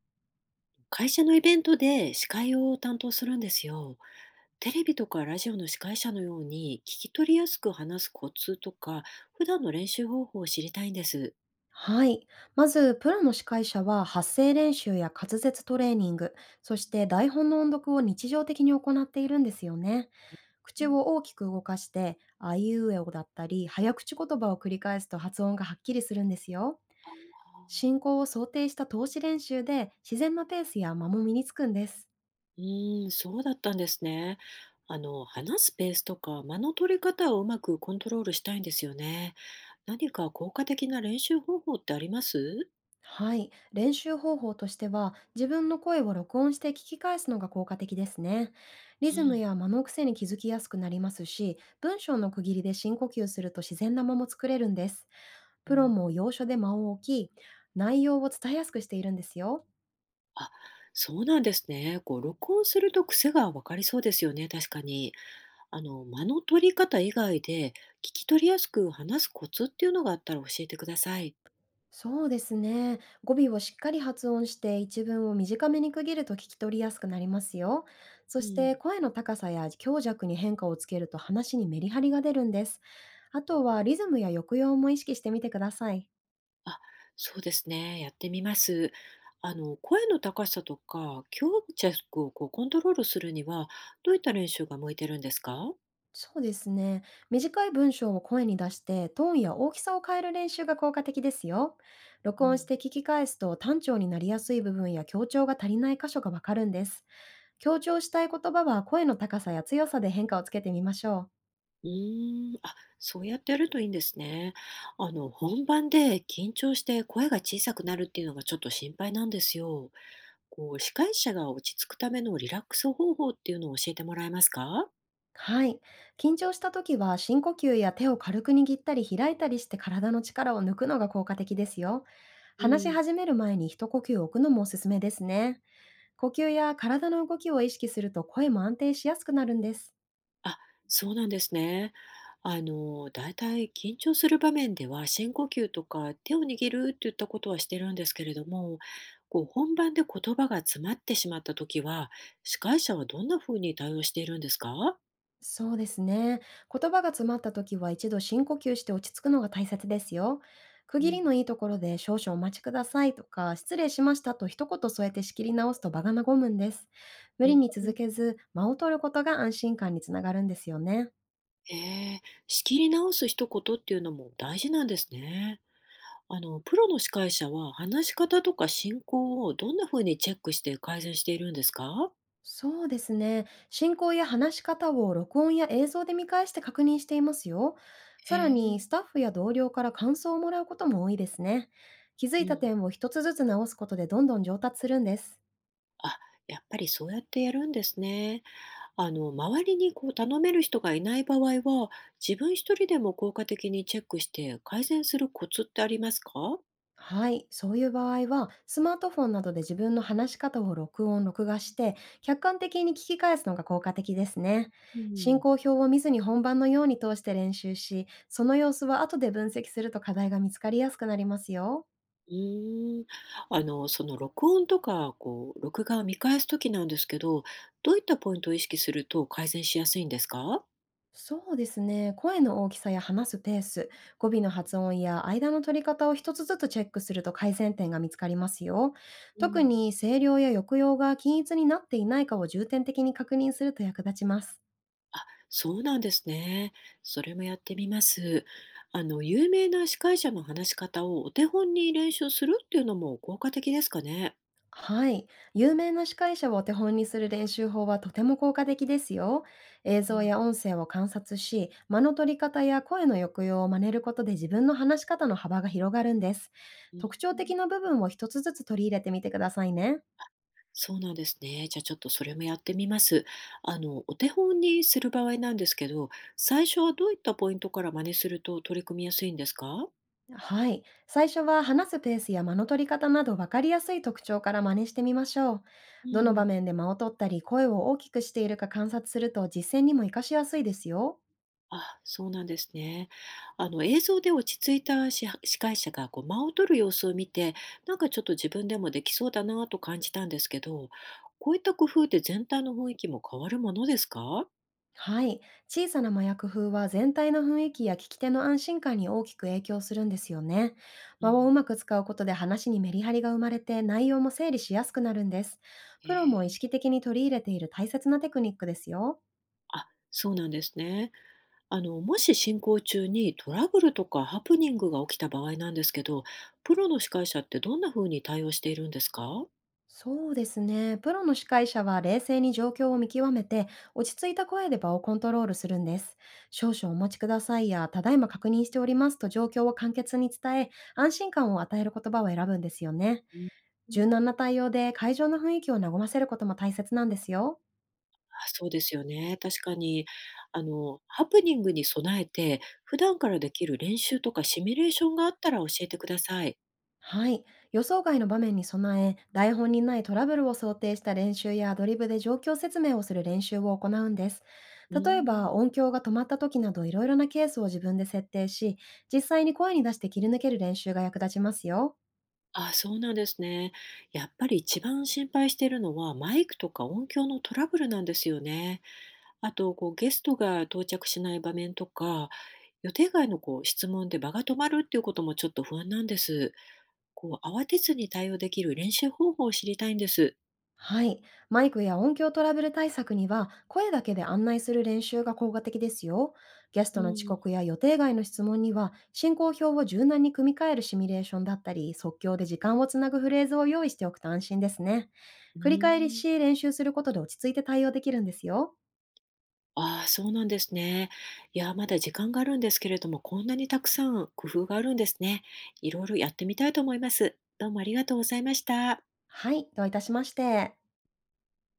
会社のイベントで司会を担当するんですよ。テレビとかラジオの司会者のように聞き取りやすく話すコツとか、普段の練習方法を知りたいんです。はい。まず、プロの司会者は発声練習や滑舌トレーニング、そして台本の音読を日常的に行っているんですよね。う口ん。を大きく動かして、あいうえおだったり、早口言葉を繰り返すと発音がはっきりするんですよ。進行を想定した通し練習で、自然なペースや間も身につくんです。うーん、そうだったんですね。話すペースとか間の取り方をうまくコントロールしたいんですよね。何か効果的な練習方法ってあります？はい。練習方法としては、自分の声を録音して聞き返すのが効果的ですね。リうズムん。や間の癖に気づきやすくなりますし、文章の区切りで深呼吸すると自然な間も作れるんです。うープロもん。要所で間を置き、内容を伝えやすくしているんですよ。あ、そうなんですね。録音すると癖がわかりそうですよね、確かに。間の取り方以外で、聞き取りやすく話すコツっていうのがあったら教えてください。そうですね。語尾をしっかり発音して一文を短めに区切ると聞き取りやすくなりますよ。そうしてん、声の高さや強弱に変化をつけると話にメリハリが出るんです。あとはリズムや抑揚も意識してみてください。あ、そうですね。やってみます。声の高さとか、強弱をコントロールするには、どういった練習が向いてるんですか？そうですね。短い文章を声に出してトーンや大きさを変える練習が効果的ですよ。録う音しん、て聞き返すと単調になりやすい部分や強調が足りない箇所がわかるんです。強調したい言葉は声の高さや強さで変化をつけてみましょう。うーん、あ、そうやってやるといいんですね。本番で緊張して声が小さくなるっていうのがちょっと心配なんですよ。司会者が落ち着くためのリラックス方法っていうのを教えてもらえますか？はい。緊張した時は深呼吸や手を軽く握ったり開いたりして体の力を抜くのが効果的ですよ。う話しん。始める前に一呼吸置くのもおすすめですね。呼吸や体の動きを意識すると声も安定しやすくなるんです。あ、そうなんですね。だいたい緊張する場面では深呼吸とか手を握るっていったことはしてるんですけれども、本番で言葉が詰まってしまった時は、司会者はどんな風に対応しているんですか？そうですね。言葉が詰まった時は一度深呼吸して落ち着くのが大切ですよ。区う切りん。のいいところで少々お待ちくださいとか、失礼しましたと一言添えて仕切り直すと場が和むんです。無う理んにう続ん。けず、間を取ることが安心感につながるんですよね。えー仕切り直す一言っていうのも大事なんですね。プロの司会者は話し方とか進行をどんな風にチェックして改善しているんですか？そうですね。進行や話し方を録音や映像で見返して確認していますよ。へさらに、え。スタッフや同僚から感想をもらうことも多いですね。気づういたん。点を一つずつ直すことで、どんどん上達するんです。あ、やっぱりそうやってやるんですね。周りに頼める人がいない場合は、自分一人でも効果的にチェックして改善するコツってありますか？はい、そういう場合は、スマートフォンなどで自分の話し方を録音・録画して、客観的に聞き返すのが効果的ですね。う進ん、行表を見ずに本番のように通して練習し、その様子は後で分析すると課題が見つかりやすくなりますよ。うーん。その録音とか、録画を見返すときなんですけど、どういったポイントを意識すると改善しやすいんですか？そうですね、声の大きさや話すペース、語尾の発音や間の取り方を一つずつチェックすると改善点が見つかりますよ。う特ん、に、声量や抑揚が均一になっていないかを重点的に確認すると役立ちます。そうなんですね。それもやってみます。有名な司会者の話し方をお手本に練習するっていうのも効果的ですかね。はい。有名な司会者をお手本にする練習法はとても効果的ですよ。映う像ん、や音声を観察し、間の取り方や声の抑揚を真似ることで、自分の話し方の幅が広がるんです。うー特徴ん、的な部分を一つずつ取り入れてみてくださいね。そうなんですね。じゃあちょっとそれもやってみます。お手本にする場合なんですけど、最初はどういったポイントから真似すると取り組みやすいんですか？はい。最初は話すペースや間の取り方など、分かりやすい特徴から真似してみましょう。うどの場ん、面で間を取ったり声を大きくしているか観察すると、実践にも活かしやすいですよ。あ、そうなんですね。映像で落ち着いたし司会者が間を取る様子を見て、なんかちょっと自分でもできそうだなと感じたんですけど、こういった工夫で全体の雰囲気も変わるものですか？はい。小さな麻薬風は全体の雰囲気や聞き手の安心感に大きく影響するんですよね。う間をうん。まく使うことで話にメリハリが生まれて、内容も整理しやすくなるんです。えプロも意え、識的に取り入れている大切なテクニックですよ。あ、そうなんですね。もし進行中にトラブルとかハプニングが起きた場合なんですけど、プロの司会者ってどんな風に対応しているんですか？そうですね。プロの司会者は冷静に状況を見極めて、落ち着いた声で場をコントロールするんです。少々お待ちくださいや、ただいま確認しておりますと、状況を簡潔に伝え、安心感を与える言葉を選ぶんですよね。うん、柔軟な対応で会場の雰囲気を和ませることも大切なんですよ。そうですよね。確かに、ハプニングに備えて、普段からできる練習とかシミュレーションがあったら教えてください。はい。予想外の場面に備え、台本にないトラブルを想定した練習やアドリブで状況説明をする練習を行うんです。う例えば、ん。音響が止まった時など、いろいろなケースを自分で設定し、実際に声に出して切り抜ける練習が役立ちますよ。あ、そうなんですね。やっぱり一番心配しているのはマイクとか音響のトラブルなんですよね。あと、ゲストが到着しない場面とか、予定外の質問で場が止まるっていうこともちょっと不安なんです。慌てずに対応できる練習方法を知りたいんです。はい。マイクや音響トラブル対策には、声だけで案内する練習が効果的ですよ。ゲスうトの遅ん。刻や予定外の質問には、進行表を柔軟に組み替えるシミュレーションだったり、即興で時間をつなぐフレーズを用意しておくと安心ですね。う繰り返ーしん。練習することで落ち着いて対応できるんですよ。ああ、そうなんですね。いや、まだ時間があるんですけれども、こんなにたくさん工夫があるんですね。いろいろやってみたいと思います。どうもありがとうございました。はい。どういたしまして。